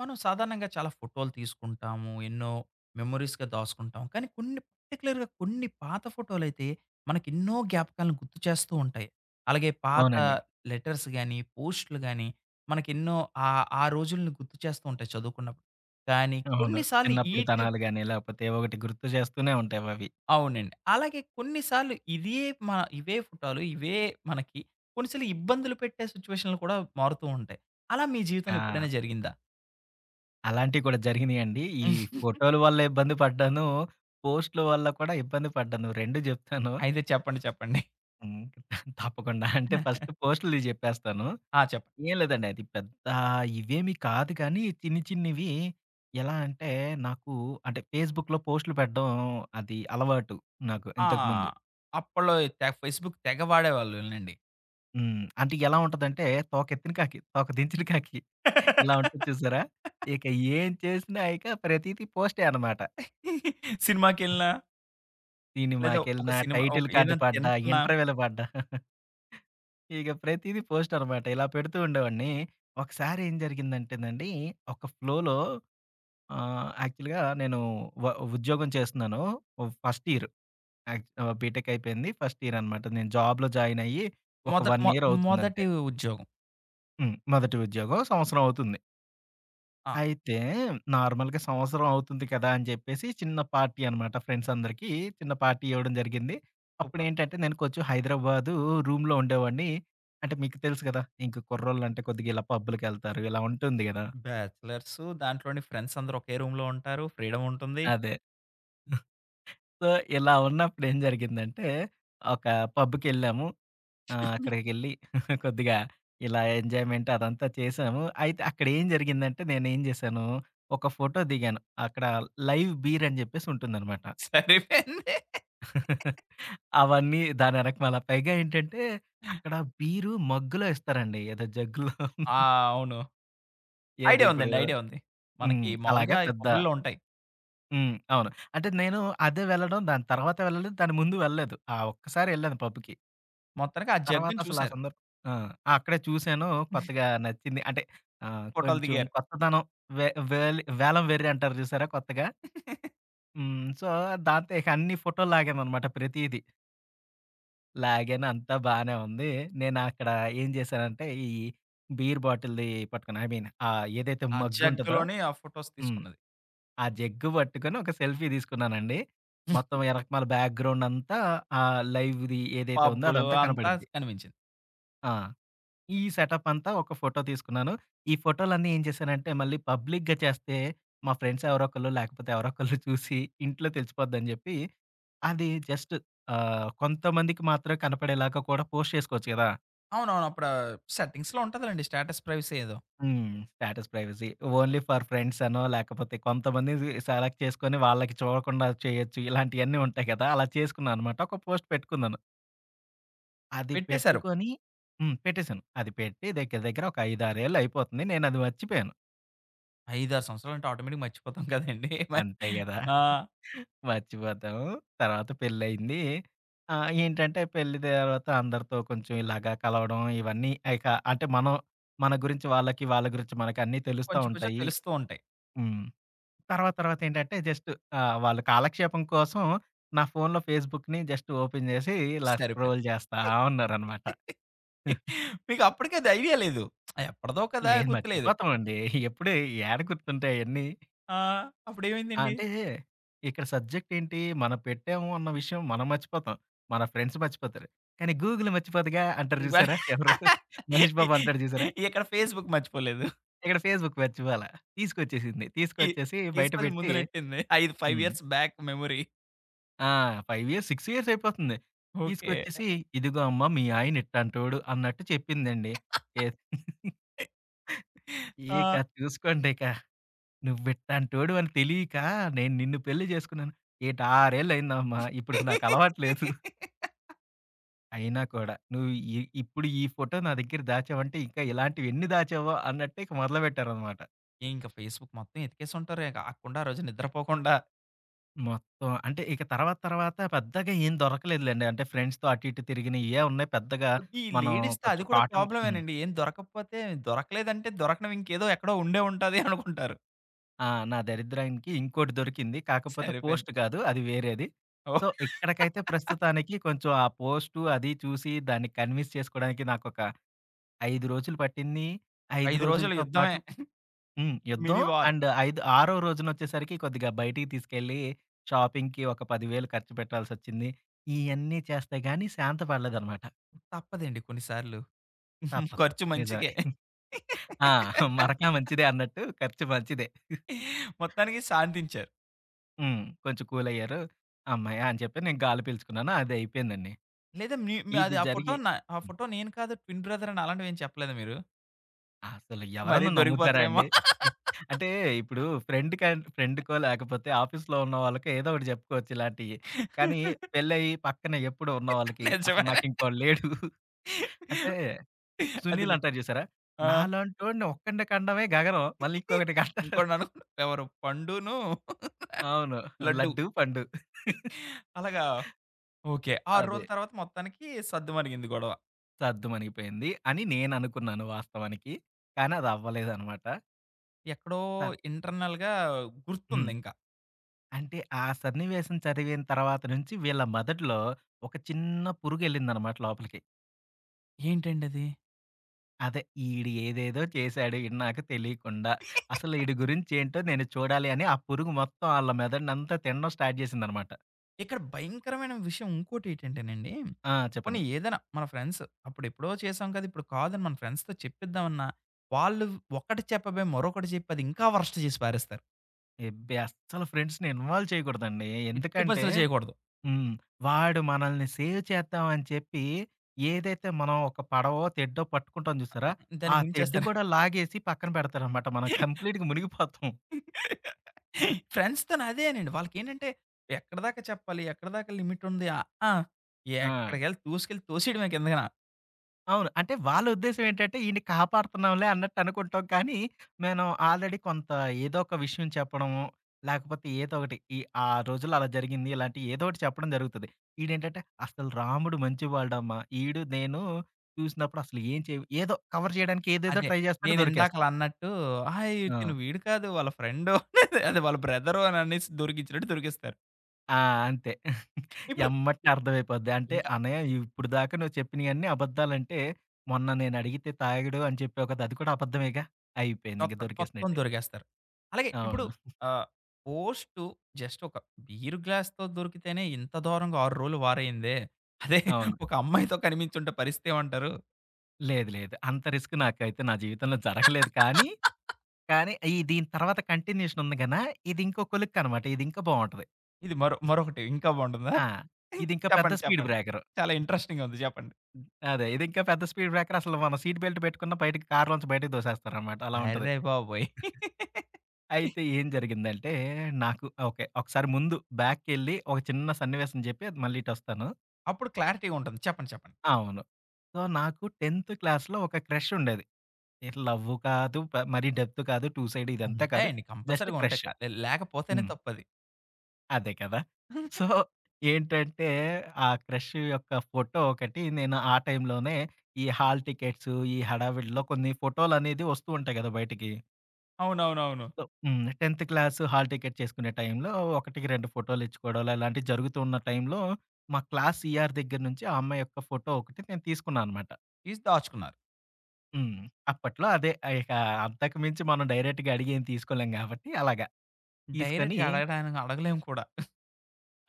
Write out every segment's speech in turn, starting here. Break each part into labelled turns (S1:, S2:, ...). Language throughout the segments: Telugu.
S1: మనం సాధారణంగా చాలా ఫోటోలు తీసుకుంటాము. ఎన్నో మెమోరీస్‌గా దాసుకుంటాం. కానీ కొన్ని పర్టిక్యులర్‌గా కొన్ని పాత ఫోటోలైతే మనకి ఎన్నో జ్ఞాపకాలను గుర్తు చేస్తూ ఉంటాయి. అలాగే పాత
S2: అవునండి.
S1: లెటర్స్ గాని, పోస్ట్‌లు గాని మనకెన్నో ఆ రోజుల్ని గుర్తు చేస్తూ ఉంటాయి చదువుకున్నప్పుడు. కానీ
S2: అవును.
S1: కొన్ని సార్లు
S2: చిన్నప్పుడు తనాలు గాని, లేకపోతే ఒకటి గుర్తు చేస్తూనే ఉంటావవి.
S1: అవునండి. అలాగే కొన్ని సార్లు ఇదే మ ఇవే ఫోటోలు ఇవే మనకి కొన్నిసార్లు ఇబ్బందులు పెట్టే సిట్యుయేషన్‌లు కూడా మారుతూ ఉంటాయి. అలా మీ జీవితంలో
S2: ఆ!
S1: ఎప్పుడైనా జరిగిందా?
S2: అలాంటివి కూడా జరిగినియండి. ఫోటోల వల్ల ఇబ్బంది పడ్డాను. పోస్ట్‌ల వల్ల కూడా ఇబ్బంది పడ్డాను. 2 జెప్తాను.
S1: అయితే చెప్పండి చెప్పండి.
S2: హ్మ్. తప్పకుండా. అంటే ఫస్ట్ పోస్ట్‌లుది జెప్పేస్తాను.
S1: ఆ! చెప్పండి.
S2: ఏం లేదండి అది పెద్ద ఇవేమి కాదు కానీ, చిన్ని చిన్నివి ఎలా అంటే నాకు అంటే ఫేస్‌బుక్‌లో పోస్ట్‌లు పెట్టడం అది అలవాటు నాకు
S1: ఆ!
S2: ఇంతకుముందు.
S1: అప్పట్లో తెగ ఫేస్‌బుక్ తెగ వాడేవాళ్ళునండి.
S2: హ్మ్. అంటే ఎలా ఉంటదంటే తోకెత్తిన కాకి, తోక దించిన కాకి ఇలా ఉంటది చూసారా? ఇక ఏం చేసినా ఇక ప్రతీది పోస్టే అనమాట.
S1: సినిమాకెళ్ళినా, లేదా ఒక
S2: సినిమాకెళ్ళినా,
S1: సినిమా ఒక
S2: టైటిల్ కార్డ్
S1: ఏదైనా
S2: పడ్డా,
S1: తింటున్నా,
S2: ఇంటర్వ్యూలు పడ్డా ఇక ప్రతీది పోస్ట్ అనమాట. ఇలా పెడుతూ ఉండేవాడిని. ఒకసారి ఏం జరిగిందంటేనండి ఒక ఫ్లోలో యాక్చువల్‌గా నేను వ ఉద్యోగం చేస్తున్నాను. ఫస్ట్ ఇయర్ బీటెక్ అయిపోయింది. ఫస్ట్ ఇయర్ అనమాట. నేను జాబ్‌లో జాయిన్ అయ్యి ఒక
S1: మొదటి మొ
S2: 1 ఇయర్ అవుతుందంతే.
S1: మొదటి ఉద్యోగం.
S2: హ్మ్. మొదటి ఉద్యోగం సంవత్సరం అవుతుంది.
S1: ఆ!
S2: అయితే నార్మల్‌గా సంవత్సరం అవుతుంది కదా! అని చెప్పేసి చిన్న పార్టీ అనమాట. ఫ్రెండ్స్ అందరికీ చిన్న పార్టీ ఇవ్వడం జరిగింది.
S1: సూపర్.
S2: అప్పుడేంటంటే నేను కొంచెం హైదరాబాదు రూమ్‌లో ఉండేవాడిని. అంటే మీకు తెలుసు కదా! ఇంక కుర్రోళ్ళంటే కొద్దిగా ఇలా పబ్బులకెళ్తారు. ఇలా ఉంటుంది కదా!
S1: బ్యాచలర్సు దాంట్లోని ఫ్రెండ్స్ అందరూ ఒకే రూమ్‌లో ఉంటారు. ఫ్రీడమ్ ఉంటుంది.
S2: అదే. సో, ఇలా ఉన్నప్పుడు ఏం జరిగిందంటే ఒక పబ్‌కెళ్ళాము. అక్కడికెళ్ళి కొద్దిగా ఇలా ఎంజాయ్‌మెంట్ అదంతా చేశాము. అయితే అక్కడ ఏం జరిగిందంటే నేనేం చేశాను, ఒక ఫోటో దిగాను. అక్కడ లైవ్ బీర్ అని చెప్పేసి ఉంటుందనమాట.
S1: సరిపోయింది.
S2: అవన్నీ దాని ఎనకమాల. పైగా ఏంటంటే, అక్కడ బీరు మగ్గులో ఇస్తారండి. ఏదో జగ్గులో
S1: ఆ! అవును.
S2: ఏది
S1: ఐడియా
S2: ఇప్పుడు
S1: ఉందండి. ఐడియా ఉంది. మనకి
S2: హ్మ్. అలాగా
S1: మామూలుగా ఈ
S2: పెద్ద
S1: పబ్బుల్లో ఉంటాయి.
S2: హ్మ్. అవును. అంటే నేను అదే వెళ్ళడం, దాని తర్వాత వెళ్ళలేదు. దాని ముందు వెళ్ళలేదు. ఆ ఒక్కసారి ఎళ్ళాను పబ్‌కి.
S1: మొత్తానికి ఆ
S2: తర్వాత
S1: జగ్గుని
S2: అసలు ఆ
S1: చూసారు.
S2: సందర్భం ఆ! అక్కడే చూసాను. కొత్తగా నచ్చింది. అంటే
S1: ఫోటోలు
S2: కొంచెం
S1: దిగారు.
S2: కొత్తదనం వే వేలి వేలం వెర్రి అంటారు చూసారా కొత్తగా? హ్మ్. సో, దాంతో ఇక అన్ని ఫోటోలు లాగామనమాట ప్రతీది. లాగాను అంతా బానే ఉంది. నేనక్కడ ఏం జేశానంటే, ఈ బీర్ బాటిల్‌ది పట్టుకుని ఐ మీన్ ఏదైతే
S1: ఆ
S2: మగ్గుంటదో
S1: జగ్గులోని ఆ ఫోటోస్
S2: హ్మ్.
S1: తీసుకున్నది.
S2: ఆ జగ్గు పట్టుకొని ఒక సెల్ఫీ తీసుకున్నానండి. మొత్తం ఎనకమాల బ్యాక్‌గ్రౌండ్ అంతా ఆ లైవ్‌ది ఏదైతే ఉందో
S1: పబ్బులు
S2: అదంతా
S1: అంతా
S2: కనపడిద్ది.
S1: కనిపించింది.
S2: ఆ! ఈ సెటప్ అంతా ఒక ఫోటో తీసుకున్నాను. ఈ ఫోటోలన్నీ ఏం చేశానంటే, మళ్ళీ పబ్లిక్‌గా చేస్తే మా ఫ్రెండ్స్ ఎవరో ఒకళ్ళు లేకపోతే ఎవరో ఒకళ్ళు చూసి ఇంట్లో తెలిసిపోద్దని జెప్పి, అది జస్ట్ కొంతమందికి మాత్రమే కనపడేలాగా కూడా పోస్ట్ చేసుకోవచ్చు గదా!
S1: అవునవును. అప్పుడా సెట్టింగ్స్‌లో ఉంటదిలెండి స్టేటస్ ప్రైవసీ ఏదో.
S2: హ్మ్. Status privacy. Only for friends అనో, లేకపోతే కొంతమందిని సెలెక్ట్ చేసుకొని వాళ్ళకి చూడకుండా చేయొచ్చు. ఇలాంటియన్నీ ఉంటాయి కదా! అలా చేసుకున్నాననమాట. ఒక పోస్ట్ పెట్టుకున్నాను. అది
S1: పెట్టేశారు.
S2: పెట్టుకొని హ్మ్. పెట్టేసాను. అది పెట్టి దగ్గర దగ్గర ఒక 5, 6 ఏళ్ళు అయిపోతుంది. నేనది మర్చిపోయాను.
S1: 5, 6 సంవత్సరాలంటే ఆటోమేటిక్‌గా మర్చిపోతాం కదండీ! మరి
S2: అంతే గదా!
S1: ఆ!
S2: మర్చిపోతాం. తర్వాత పెళ్లయింది. ఏంటంటే పెళ్లి తర్వాత అందరితో కొంచెం ఇలాగా కలవడం ఇవన్నీ ఇక అంటే మనం మన గురించి వాళ్ళకి, వాళ్ళ గురించి మనకి అన్నీ తెలుస్తా
S1: కొంచెం కొంచెం
S2: ఉంటాయి.
S1: తెలుస్తూ ఉంటాయి.
S2: హ్మ్. తర్వాత తర్వాత ఏంటంటే జస్ట్ వాళ్ళు కాలక్షేపం కోసం నా ఫోన్‌లో ఫేస్‌బుక్‌ని జస్ట్ ఓపెన్ చేసి ఇలా
S1: సరిపోయింది.
S2: స్క్రోల్ చేస్తా ఉన్నారనమాట.
S1: మీకు అప్పటికి అది ఐడియా లేదు. ఆ, ఎప్పటిదో కదా!
S2: లేదు
S1: గుర్తులేదు.
S2: మర్చిపోతామండి. ఎప్పుడు ఏడ గుర్తుంటాయి అయన్నీ.
S1: ఆ!
S2: ఆ!
S1: అప్పుడేమైందండి?
S2: అంటే ఇక్కడ సబ్జెక్ట్ ఏంటి? మనం పెట్టాము అన్న విషయం మనం మర్చిపోతాం. మన ఫ్రెండ్స్ మర్చిపోతారు. కానీ గూగుల్ మర్చిపోదుగా అంటారు
S1: మరి
S2: చూసారా? ఎవరు? మహేష్ బాబు అంటాడు చూసారా?
S1: ఇక్కడ ఫేస్‌బుక్ మర్చిపోలేదు.
S2: ఇక్కడ ఫేస్‌బుక్ మర్చిపోలా. తీసుకొచ్చేసింది.
S1: ఈ
S2: తీసుకొచ్చేసి బయట
S1: తీసుకొచ్చి
S2: పెట్టి
S1: ముందు నెట్టింది. 5
S2: హ్మ్.
S1: Years back memory.
S2: ఆ! 5 ఇయర్స్, 6 ఇయర్స్ అయిపోతుంది.
S1: ఓకే.
S2: తీసుకొచ్చేసి "ఇదిగో అమ్మ మీ ఆయన ఇట్టాంటోడు" అన్నట్టు చెప్పిందండి. ఏ ఇక
S1: ఆ!
S2: చూసుకోండిక "నువ్విట్టాంటోడు అని తెలియక నేను నిన్ను పెళ్లి చేసుకున్నాను." "ఏటి 6 ఏళ్లయిందమ్మా ఇప్పటికి నాకు అలవాటు లేదు. అయినా కూడా నువ్వు ఇప్పుడు ఈ ఫోటో నా దగ్గర దాచావంటే ఇంకా ఇలాంటివి ఎన్ని దాచావో" అన్నట్టు ఇక మొదలుపెట్టారనమాట.
S1: ఇంక ఫేస్‌బుక్ మొత్తం ఎతికేసుంటారు. ఇక అక్కకుండా ఆ రోజు నిద్రపోకుండా.
S2: మొత్తం అంటే ఇక తర్వాత తర్వాత పెద్దగా ఏం దొరకలేదులెండి. అంటే ఫ్రెండ్స్‌తో అటు ఇటు తిరిగినయే ఉన్నాయి పెద్దగా
S1: ఈ
S2: మనం
S1: లేడీస్‌తో అది
S2: కొంచెం
S1: కూడా
S2: కాటన్ హ్మ్.
S1: ప్రాబ్లమేనండి. ఏం దొరకకపోతే దొరకలేదంటే దొరకనివి ఇంకేదో ఎక్కడో ఉండే ఉంటది అనుకుంటారు.
S2: ఆ! నా దరిద్రానికి ఇంకోటి దొరికింది. కాకపోతే
S1: సరిపోయింది.
S2: పోస్ట్ కాదు. అది వేరేది. So,
S1: oh!
S2: ఇక్కడికైతే ప్రస్తుతానికి కొంచెం ఆ పోస్టు అది చూసి దాన్ని కన్విన్స్ చేసుకోవడానికి నాకొక 5 రోజులు పట్టింది.
S1: ఒక
S2: 5
S1: 5 రోజుల
S2: రోజులతో పాటు
S1: యుద్ధమే.
S2: హ్మ్. యుద్ధం
S1: మినీ వార్.
S2: అండ్ ఐదు ఆరో రోజునొచ్చేసరికి కొద్దిగా బయటికి తీసుకెళ్ళి షాపింగ్‌కి ఒక 10,000 ఖర్చు పెట్టాల్సొచ్చింది. ఇయన్నీ చేస్తే గాని శాంత పడలేదనమాట.
S1: తప్పదండి కొన్ని సార్లు.
S2: తప్పదు.
S1: ఖర్చు మంచికే.
S2: నిజమే. ఆ! మరక మంచిదే అన్నట్టు ఖర్చు మంచిదే.
S1: మొత్తానికి శాంతించారు.
S2: హ్మ్. కొంచెం కూలయ్యారు. అమ్మాయా అని చెప్పి నేను గాలి పీల్చుకున్నాను. అది అయిపోయిందండి.
S1: లేదా మీ మీ
S2: ఇది
S1: అది
S2: జరిగి
S1: ఆ
S2: హ్మ్.
S1: ఫోటో నేను కాదు ట్విన్ బ్రదర్ అని అలాంటివేం చెప్పలేదా మీరు?
S2: అసలు
S1: మరీ
S2: ఎవరన్నా నమ్ముతారా
S1: దొరికిపోతారేమో.
S2: అండి? అంటే ఇప్పుడు ఫ్రెండ్‌కో లేకపోతే ఆఫీస్‌లో ఉన్న వాళ్ళకో ఏదో ఒకటి చెప్పుకోవచ్చు ఇలాంటియి. కానీ పెళ్లయ్యి పక్కన ఎప్పుడు ఉన్న వాళ్ళకి అసలు
S1: నిజమేనండి.
S2: నాకింకోడు లేడు. అంటే
S1: అది
S2: సునీల్
S1: నే
S2: అంటారు చూసారా?
S1: ఆ!
S2: నాలాంటోడిని ఒక్కడిని కనడమే గగనం. మళ్ళీ ఇంకొకడిని కంటారు.
S1: ఇంకోడిననుకున్నా. ఎవరు పండును,
S2: అవును.
S1: లడ్డు.
S2: లడ్డు, పండు.
S1: అలాగా ఓకే. 6
S2: అదే.
S1: రోజుల తర్వాత మొత్తానికి సద్దుమణిగింది గొడవ.
S2: సద్దుమణిగిపోయింది అని నేననుకున్నాను వాస్తవానికి. కానీ అది అవ్వలేదనమాట.
S1: ఎక్కడో
S2: త
S1: ఇంటర్నల్‌గా
S2: హ్మ్.
S1: గుర్తుందింక.
S2: అంటే ఆ సన్నివేశం చదివిన తర్వాత నుంచి వీళ్ళ మెదడులో ఒక చిన్న పురుగెళ్ళిందనమాట లోపలికి.
S1: ఏంటండది?
S2: అదే ఈడు ఏదేదో చేశాడు ఈడు నాకు తెలియకుండా. అసలు ఈడి గురించేంటో నేను చూడాలి అని ఆ పురుగు మొత్తం ఆళ్ళ మెదడునంతా తినడం స్టార్ట్ చేసిందనమాట.
S1: ఇక్కడ భయంకరమైన విషయం ఇంకోటేటంటేనండి,
S2: ఆ!
S1: పోనీ
S2: చెప్పండి.
S1: ఏదైనా మన ఫ్రెండ్స్ అప్పుడెప్పుడో చేసాం కదా! ఇప్పుడు కాదని మన ఫ్రెండ్స్‌తో చెప్పిద్దామన్నా, వాళ్ళు ఒకటి చెప్పబోయి మరొకటి చెప్పి అది ఇంకా వరస్ట్ చేసి పారేస్తారు.
S2: ఎబ్బే! అస్సలు ఫ్రెండ్స్‌ని ఇన్వాల్వ్ చేయకూడదండి.
S1: ఎట్టి
S2: ఎందుకంటే
S1: పరిస్థితిలో చేయకూడదు.
S2: హ్మ్. వాడు మనల్ని సేవ్ చేద్దాం అని చెప్పి, ఏదైతే మనం ఒక పడవో, తెడ్డో పట్టుకుంటాం చూసారా?
S1: ఆ!
S2: ఆ
S1: దాన్ని
S2: తెడ్డు
S1: ముంచేస్తారు.
S2: కూడా లాగేసి పక్కన పెడతారనమాట. మనం కంప్లీట్‌గా మునిగిపోతాం.
S1: ఫ్రెండ్స్‌తోని అదేనండి. వాళ్ళకేంటంటే ఎక్కడిదాకా చెప్పాలి? ఎక్కడిదాకా లిమిట్ ఉంది? ఆ!
S2: ఆ!
S1: ఎక్కడికెళ్ళి తోసుకెళ్ళి తోసేయడమే కిందకన.
S2: అవును. అంటే వాళ్ళ ఉద్దేశ్యం ఏంటంటే, ఈడిని కాపాడుతున్నాంలే అన్నట్టు అనుకుంటాం. కానీ, మనం ఆల్రెడీ కొంత ఏదో ఒక విషయం చెప్పడము, లేకపోతే ఏదో ఒకటి ఆ రోజుల్లో అలా జరిగింది. ఇలాంటివి ఏదో ఒకటి చెప్పడం జరుగుతది. ఈడేంటంటే, అసలు రాముడు మంచివాడమ్మా. ఈడు నేను చూసినప్పుడు అసలు ఏం చేయవు ఏదో కవర్ చేయడానికి ఏదేదో
S1: అదే.
S2: ట్రై చేస్తాడు. దొరికేస్తాం.
S1: నేనిందాకలా అన్నట్టు "హాయ్!
S2: ఆ!
S1: తిను వీడు కాదు వాళ్ళ ఫ్రెండు" అదే వాళ్ళ బ్రదరు అని అనేసి దొరికించినట్టు దొరికిస్తారు.
S2: ఆ! అంతే.
S1: ఇప్పుడు
S2: ఎమ్మటనే అర్థమైపోద్ది. అంటే,
S1: ఇంకా
S2: "అన్నయ్య ఇప్పటిదాకా నువ్వు చెప్పినయన్నీ అబద్దాలంటే, మొన్న నేనడిగితే తాగాడు అని చెప్పావు కదా! అది కూడా అబద్ధమేగా" అయిపోయింది. ఇంక
S1: మొత్తం
S2: దొరికేసినట్టే.
S1: దొరికేస్తారు. అలాగే ఇప్పుడు
S2: అవును.
S1: ఆహ్, పోస్టు జస్ట్ ఒక బీర్ గ్లాస్‌తో దొరికితేనే ఇంత దారుణంగా 6 రోజులు వారయిందే. అదే
S2: అవును.
S1: ఒక అమ్మాయితో కనిపించుంటే పరిస్థితి ఏమంటారు?
S2: లేదు. లేదు. అంత రిస్క్ నాకైతే నా జీవితంలో జరగలేదు. కానీ, దీని తర్వాత కంటిన్యూషన్ ఉంది గనా, ఇదింకో కొలిక్కనమాట. ఇదింకా బావుంటది.
S1: ఇది మరో మరొకటి ఇంకా బాగుంటుందా?
S2: ఆ! ఇదింకా పెద్ద
S1: చెప్పండి.
S2: స్పీడ్
S1: చెప్పండి.
S2: బ్రేకరు.
S1: చాలా ఇంట్రెస్టింగ్‌గా ఉంది. చెప్పండి.
S2: అదే. ఇదింకా పెద్ద స్పీడ్ బ్రేకర్. అసలు మనం సీట్ బెల్ట్ పెట్టుకున్న బయటికి కారులోంచి బయటికి దోసేస్తారనమాట. అలా ఉంటది.
S1: అర్రె బాబోయ్!
S2: అయితే ఏం జరిగిందంటే, నాకు ఓకే. ఒకసారి ముందు బ్యాక్‌కెళ్ళి ఒక చిన్న సన్నివేశం చెప్పి అది మళ్ళీ ఇటొస్తాను.
S1: అప్పుడు క్లారిటీగా ఉంటుంది. చెప్పండి. చెప్పండి.
S2: అవును. సో, నాకు 10థ్ క్లాస్‌లో ఒక క్రష్ ఉండేది. ఇటు లవ్వు కాదు, మరీ డెప్త్ కాదు, టూ సైడ్ ఇదంతా కాదు.
S1: ఉంటాయండి.
S2: జస్ట్
S1: కంపల్సరీగా ఉంటాయి.
S2: క్రష్.
S1: లేకపోతేనే
S2: హ్మ్.
S1: తప్పది.
S2: అదే కదా! సో, ఏంటంటే, ఆ క్రష్ యొక్క ఫోటో ఒకటి నేను ఆ టైంలోనే ఈ హాల్ టికెట్స్, ఈ హడావిడిలో కొన్ని ఫోటోలనేది వస్తూ ఉంటాయి కదా బయటికి.
S1: అవునవునవును.
S2: సో, హ్మ్. 10థ్ క్లాస్ హాల్ టికెట్ చేసుకునే టైంలో ఒకటికి 2 ఫోటోలు ఇచ్చుకోవడాలు అలాంటివి జరుగుతూ ఉన్న టైంలో మా క్లాస్ ఈఆర్ దగ్గర నుంచి ఆ అమ్మాయి యొక్క ఫోటో ఒకటి నేను తీసుకున్నా అనమాట.
S1: తీసి దాచుకున్నారు.
S2: హ్మ్. అప్పట్లో అదే ఇక అంతకు మించి మనం డైరెక్ట్‌గా అడిగి ఏం తీసుకోలేం కాబట్టి అలాగా తీసుకొని
S1: డైరెక్ట్‌గా అడగడానికి అడగలేము కూడా.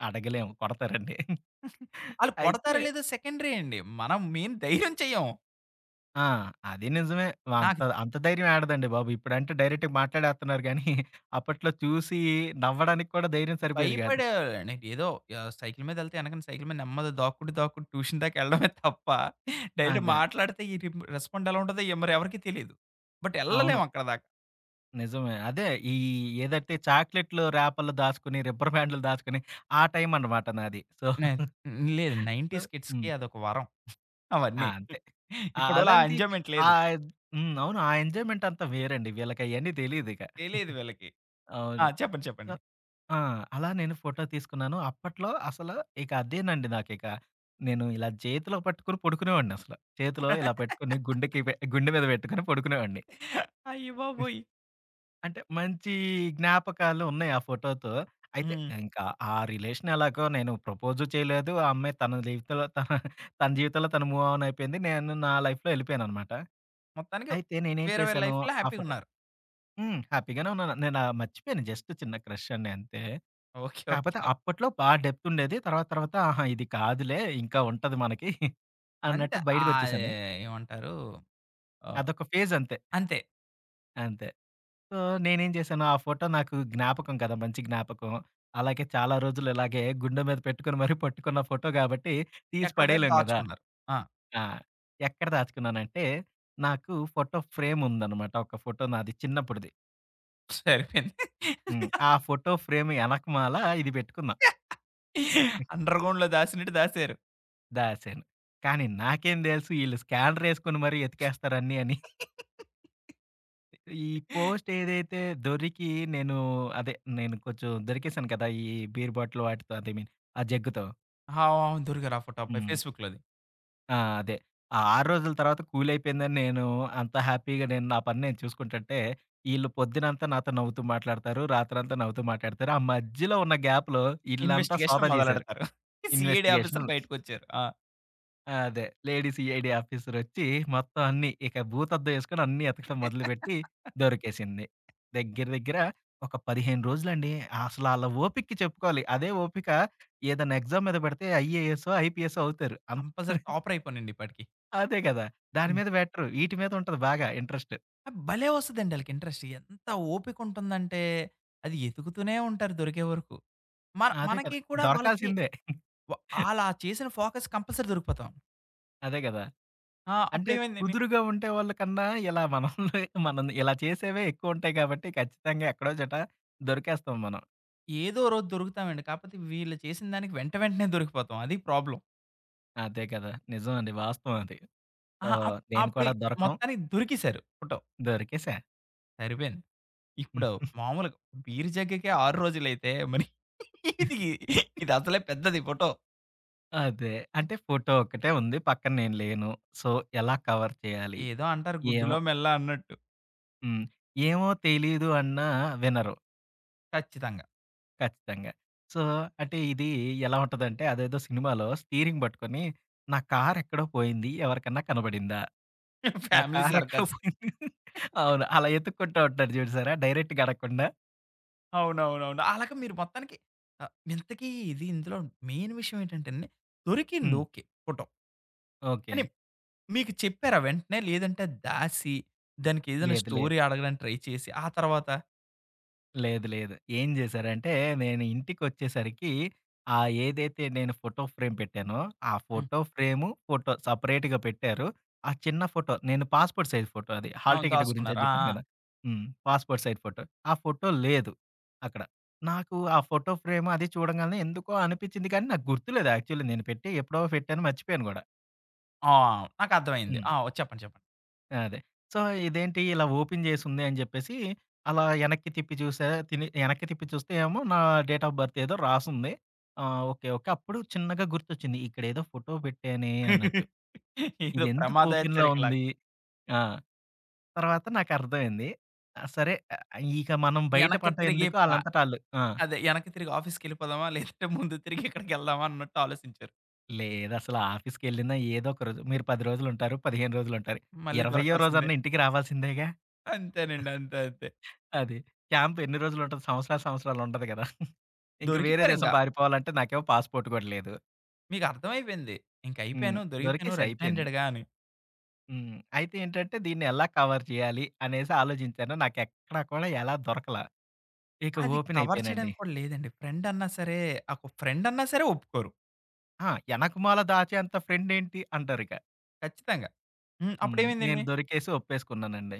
S2: అడగలేము కొడతారండి.
S1: ఆళ్ళు
S2: అయితే
S1: కొడతారో లేదో సెకండరీ అండి. మనం మెయిన్ ధైర్యం చెయ్యం.
S2: ఆ! అది నిజమే. అంత
S1: నాకు
S2: అంత ధైర్యం ఏడదండి బాబు. ఇప్పుడంటే డైరెక్ట్‌గా మాట్లాడేస్తున్నారు గానీ అప్పట్లో చూసి నవ్వడానికి కూడా ధైర్యం సరిపోయేది కాదు.
S1: భయపడేవాళ్ళండి. ఏదో సైకిల్ మీదెళ్తే ఎనకన సైకిల్ మీద నెమ్మదిగా దాక్కుంటూ, దాక్కుంటూ ట్యూషన్ దాకా ఎళ్ళడమే తప్ప డైరెక్ట్
S2: అదే.
S1: మాట్లాడితే ఈ రిమ్ రెస్పాండ్ ఎలా ఉంటదో మరి ఎవరికీ తెలీదు. బట్
S2: అవును.
S1: ఎళ్ళలేము అక్కడ దాకా.
S2: నిజమే. అదే ఈ ఏదైతే చాక్లెట్‌లు ర్యాపర్‌లో దాచుకొని, రబ్బర్ బ్యాండ్‌లో దాచుకొని ఆ టైం అన్నమాట నాది. సో,
S1: నే లేదు
S2: సో
S1: 90s కిడ్స్‌కి
S2: హ్మ్.
S1: అదొక వరం
S2: ఆ!
S1: అవన్నీ.
S2: అంతే. ఆ!
S1: ఇప్పుడోళ్ళు ఆ
S2: అదండి.
S1: ఎంజాయ్‌మెంట్ లేదు.
S2: ఆహ్, హ్మ్. అవును. ఆ ఎంజాయ్‌మెంట్ అంతా వేరండి. వీళ్ళకి అయన్నీ తెలీదిక.
S1: తెలీదు వీళ్ళకి. ఆ!
S2: అవును.
S1: చెప్పండి.
S2: సో
S1: చెప్పండి.
S2: ఆ! అలా నేను ఫోటో తీసుకున్నాను. అప్పట్లో అసలు ఇక అదేనండి నాకిక. నేను ఇలా చేతిలో పట్టుకొని పడుకునేవాడిని అసల. చేతిలో ఇలా పెట్టుకొని గుండె మీద పెట్టుకొని పడుకునేవాడిని.
S1: అయ్యబాబోయ్!
S2: అంటే మంచి జ్ఞాపకాలు ఉన్నాయి ఆ ఫోటోతో. అయితే
S1: హ్మ్.
S2: ఇంకా ఆ రిలేషన్ ఎలాగో నేను ప్రపోజు చేయలేదు. ఆ అమ్మాయి తన జీవితంలో తను మూవ్ ఆన్ అయిపోయింది. నేను నా లైఫ్‌లో వెళ్ళిపోయాననమాట.
S1: మొత్తానికి
S2: అయితే నేనేం
S1: వేరే వేరే
S2: చేశాను
S1: లైఫ్‌లో
S2: ఆ ఫోటో
S1: హ్యాపీగున్నారు.
S2: హ్మ్. హ్యాపీగానే ఉన్నాను. నేను మర్చిపోయాను జస్ట్ చిన్న క్రష్ అండి అంతే.
S1: ఓకే.
S2: కాకపోతే
S1: ఓకే.
S2: అప్పట్లో డెప్త్ ఉండేది. తర్వాత తర్వాత ఆహా! ఇది కాదులే ఇంకా ఉంటది మనకి అన్నట్టు
S1: అంతే. ఆహ్,
S2: బయటకొచ్చేసాను.
S1: ఏమంటారు? ఆహ్,
S2: అదొక ఫేజ్ అంతే.
S1: అంతే.
S2: అంతే. సో, నేనేం చేశాను, ఆ ఫోటో నాకు జ్ఞాపకం కదా! మంచి జ్ఞాపకం. అలాగే చాలా రోజులు ఇలాగే గుండె మీద పెట్టుకొని మరీ పట్టుకున్న ఫోటో గాబట్టి, తీసి
S1: ఎక్కడో దగ్గర
S2: పడేయలేం గదా!
S1: దాచుకున్నారు. ఆ!
S2: ఆ! ఎక్కడ దాచుకున్నానంటే, నాకు ఫోటో ఫ్రేమ్ ఉందనమాట. ఒక ఫోటో నాది చిన్నప్పుడుది.
S1: సరిపోయింది.
S2: హ్మ్. ఆ ఫోటో ఫ్రేమ్ ఎనకమాల ఇది పెట్టుకున్నా,
S1: అండర్ గ్రౌండ్‌లో దాసినట్టు దాసారు.
S2: దాసాను. కానీ నాకేం తెలుసు ఈళ్ళు స్కానరేసుకొని మరీ ఎతికేస్తారు అన్నీ అని. ఈ పోస్ట్ ఏదైతే దొరికి నేను అదే నేను కొంచెం దొరికేసాను కదా! ఈ బీర్ బాటిల్ వాటితో, అదే మీన్ ఆ జగ్గుతో.
S1: ఆ! అవును. దొరికారు ఆ ఫోటో అబ్బాయి
S2: హ్మ్.
S1: ఫేస్‌బుక్‌లోది.
S2: ఆ! అదే. ఆ 6 రోజుల తర్వాత కూలయిపోయిందని నేను అంత హ్యాపీగా నేను నా పని నేను చూసుకుంటుంటే, ఈళ్ళు పొద్దునంతా నాతో నవ్వుతూ మాట్లాడతారు. రాత్రంతా నవ్వుతూ మాట్లాడతారు. ఆ మధ్యలో ఉన్న గ్యాప్‌లో ఈళ్ళంతా
S1: ఇన్వెస్టిగేషన్
S2: సోదా చేశారు.
S1: మొదలెడతారు. సీఐడీ
S2: ఇన్వెస్టిగేషన్
S1: ఆఫీసర్ బయటికొచ్చారు. ఆ!
S2: ఆ! అదే. లేడీ సీఐడీ ఆఫీసరొచ్చి మొత్తం అన్నీ ఇక భూతద్దం ఏసుకొని అన్నీ ఎతకడం మొదలుపెట్టి దొరికేసింది. దగ్గర దగ్గర ఒక 15 రోజులండి. అసలు ఆళ్ళ ఓపికకి చెప్పుకోవాలి. అదే ఓపిక ఏదైనా ఎగ్జామ్ మీద పెడితే ఐఏఎసో, ఐపీఎసో అవుతారు. అంత
S1: కంపల్సరీ టాపర్ అయిపోయానండి ఈపాటికి.
S2: అదే కదా! దాని
S1: హ్మ్.
S2: మీద బెట్టరు. ఈటి మీద ఉంటది బాగా ఇంట్రెస్ట్.
S1: భలే వస్తదండి ఆళ్ళకి ఇంట్రెస్ట్. ఎంత ఓపిక ఉంటుందంటే అది ఎతుకుతూనే ఉంటారు దొరికే వరకు.
S2: అదే కదా!
S1: మనకి కూడా వాళ్ళకి
S2: దొరకాల్సిందే.
S1: వ ఆళ్ళా చేసిన ఫోకస్ కంపల్సరీ దొరికిపోతాం.
S2: అదే కదా!
S1: ఆ!
S2: అంటే
S1: అప్పుడేమైంది
S2: కుదురుగా ఉండేవాళ్ళ కన్నా ఇలా మనల్ని మనం ఇలా చేసేవే ఎక్కువుంటాయి కాబట్టి ఖచ్చితంగా ఎక్కడో చోట దొరికేస్తాం మనం.
S1: ఏదో రోజు దొరుకుతామండి. కాపోతే వీళ్ళు చేసిన దానికి వెంట వెంటనే దొరికిపోతాం. అది ప్రాబ్లమ్.
S2: అదే కదా! నిజం అండి. వాస్తవం అది. సో,
S1: అహా! అప్
S2: నేను
S1: అప్పుడు
S2: కూడా దొరకడం
S1: మొత్తానికి దొరికేసారు ఫోటో.
S2: దొరికేసా.
S1: సరిపోయింది. ఇప్పుడు
S2: హ్మ్.
S1: మామూలుగా బీరు జగ్గుకే 6 రోజులైతే మరి ఇది ఇది అసలే పెద్దది ఫోటో.
S2: అదే. అంటే ఫోటో ఒక్కటే ఉంది. పక్కన నేను లేను. సో, ఎలా కవర్ చేయాలి?
S1: ఏదో అంటారు
S2: ఏమో
S1: గుడ్డులో మెల్ల అన్నట్టు.
S2: హ్మ్. ఏమో తెలీదు అన్నా వినరు.
S1: ఖచ్చితంగా.
S2: ఖచ్చితంగా. సో, అంటే ఇది ఎలా ఉంటదంటే అదేదో సినిమాలో స్టీరింగ్ పట్టుకొని నా కారెక్కడో పోయింది ఎవరికన్నా కనబడిందా? నా
S1: ఫ్యామిలీ
S2: కారెక్కడో
S1: సర్కస్.
S2: పోయింది అవును. అలా ఎతుక్కుంటా ఉంటాడు చూడు సారా డైరెక్ట్‌గా అడగకుండా.
S1: అవునవునవును. అలాగే మీరు మొత్తానికి ఇంతకీ ఇది ఇందులో మెయిన్ విషయం ఏంటంటేనండి, దొరికింది
S2: హ్మ్.
S1: ఓకే. ఫోటో.
S2: ఓకే.
S1: కానీ మీకు చెప్పారా వెంటనే? లేదంటే దాసి దానికేదైనా
S2: లేదు లేదు.
S1: స్టోరీ అడగడానికి ట్రై చేసి, ఆ తర్వాత
S2: లేదు. లేదు. ఏం జేశారంటే, నేను ఇంటికొచ్చేసరికి ఆ ఏదైతే నేను ఫోటో ఫ్రేమ్ పెట్టానో, ఆ
S1: హ్మ్.
S2: ఫోటో ఫ్రేము, ఫోటో సెపరేట్‌గా పెట్టారు. ఆ చిన్న ఫోటో నేను పాస్‌పోర్ట్ సైజ్ ఫోటో అది. హాల్
S1: అవును.
S2: టికెట్ గురించి
S1: దాసుకున్నారు.
S2: అది
S1: ఆ!
S2: జెప్పాను గదా! హ్మ్. Passport size photo. ఆ ఫోటో లేదు అక్కడ. నాకు ఆ ఫోటో ఫ్రేమ్ అది చూడంగానే ఎందుకో అనిపిచ్చింది కానీ నాకు గుర్తులేదు యాక్చువల్లీ నేను పెట్టి ఎప్పుడో పెట్టాను మర్చిపోయాను గూడా.
S1: ఆ! ఆ! నాకర్థమైంది.
S2: హ్మ్.
S1: ఆ! ఓ, చెప్పండి. చెప్పండి.
S2: అదే. సో, ఇదేంటి ఇలా ఓపెన్ చేసుంది అని చెప్పేసి, అలా ఎనక్కి తిప్పి చూసా. ఎనక్కి తిప్పి చూస్తే ఏమో నా డేట్ ఆఫ్ బర్త్ ఏదో రాసుంది. ఆ! ఓకే. ఓకే. అప్పుడు చిన్నగా గుర్తొచ్చింది. ఇక్కడేదో ఫోటో పెట్టానే అన్నట్టు.
S1: ఏదో
S2: ఇదెందుకు
S1: ప్రమాద
S2: ఓపెన్‌లో
S1: హెచ్చరికలాగా.
S2: ఉంది? ఆ! తర్వాత నాకర్థమైంది. ఆ! సరే ఇక మనం బయట
S1: ఎనక్కి
S2: పడ్డం
S1: తిరిగి
S2: ఎందుకు
S1: ప
S2: ఆళ్ళంతట ఆళ్ళు. ఆ!
S1: అదే ఎనక్కి తిరిగి ఆఫీస్‌కెళ్ళిపోదామా? లేదంటే ముందు తిరిగి ఇక్కడికెళ్దామా అన్నట్టు ఆలోచించారు.
S2: లేదసలు ఆఫీస్‌కెళ్ళినా ఏదో ఒక రోజు మీరు 10 రోజులుంటారు, 15 రోజులుంటారు.
S1: మళ్ళీ
S2: 20య్యో
S1: దొరకాల్సిందే.
S2: రోజన్నా ఇంటికి రావాల్సిందేగా!
S1: అంతేనండి. అంతే. అంతే.
S2: అది. క్యాంప్ ఎన్ని రోజులుంటది? సంవత్సరాలు సంవత్సరాలు ఉండదు కదా! ఇంక వేరే దేశం
S1: దొరికిపోయారింక.
S2: పారిపోవాలంటే నాకేమో పాస్‌పోర్ట్ కూడా లేదు.
S1: మీకర్థమైపోయింది.
S2: హ్మ్.
S1: ఇంకయిపోయాను. దొరికిపోయాను
S2: దొరికేసాయి
S1: రెడ్
S2: అయిపోయింది.
S1: హ్యాండెడ్‌గా అని.
S2: హ్మ్. అయితే ఏంటంటే దీన్ని ఎలా కవర్ చేయాలి అనేసి ఆలోచించాను. నాకెక్కడ కూడా ఎలా దొరకల. ఇక
S1: అది
S2: ఓపెన్
S1: కవర్
S2: అయిపోయానండి.
S1: చేయడానికి కూడా లేదండి. ఫ్రెండ్ అన్నా సరే, ఒక ఫ్రెండ్ అన్నా సరే ఒప్పుకోరు.
S2: ఆ! "ఎనకమాల దాచేంత ఫ్రెండ్ ఏంటి" అంటారిక.
S1: ఖచ్చితంగా. హ్మ్.
S2: హ్మ్. నేను
S1: అప్పుడేమైందండి?
S2: దొరికేసి ఒప్పేసుకున్నానండి.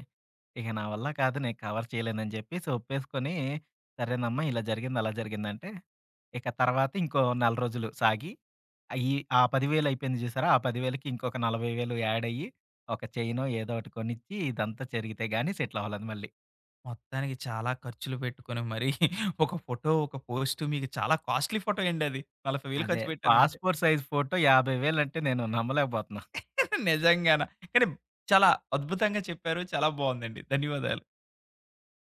S2: ఇక నా వల్ల కాదు నేను కవర్ చేయలేనని జెప్పేసి ఒప్పేసుకొని, సరేనమ్మా ఇలా జరిగింది, అలా జరిగిందంటే, ఇక తర్వాత ఇంకో నెల రోజులు సాగి, అయి ఆ 10,000 అయిపోయింది జూసారా? ఆ 10,000కి ఇంకొక 40,000 యాడ్ అయ్యి, ఒక చైనో ఏదో ఒకటి కొనిచ్చి ఇదంతా జరిగితే గాని సెటిల్ అవ్వలేదు మళ్ళీ.
S1: మొత్తానికి చాలా ఖర్చులు పెట్టుకొని మరి ఒక ఫోటో, ఒక పోస్ట్ మీకు చాలా కాస్ట్‌లీ ఫోటో అండి అది. 40,000
S2: అదే
S1: ఖర్చు పెట్టారంటే.
S2: పాస్‌పోర్ట్ సైజ్ ఫోటో 50,000 అంటే నేను నమ్మలేకపోతున్నాను.
S1: నిజంగాన. కానీ చాలా అద్భుతంగా చెప్పారు. చాలా బావుందండి. ధన్యవాదాలు.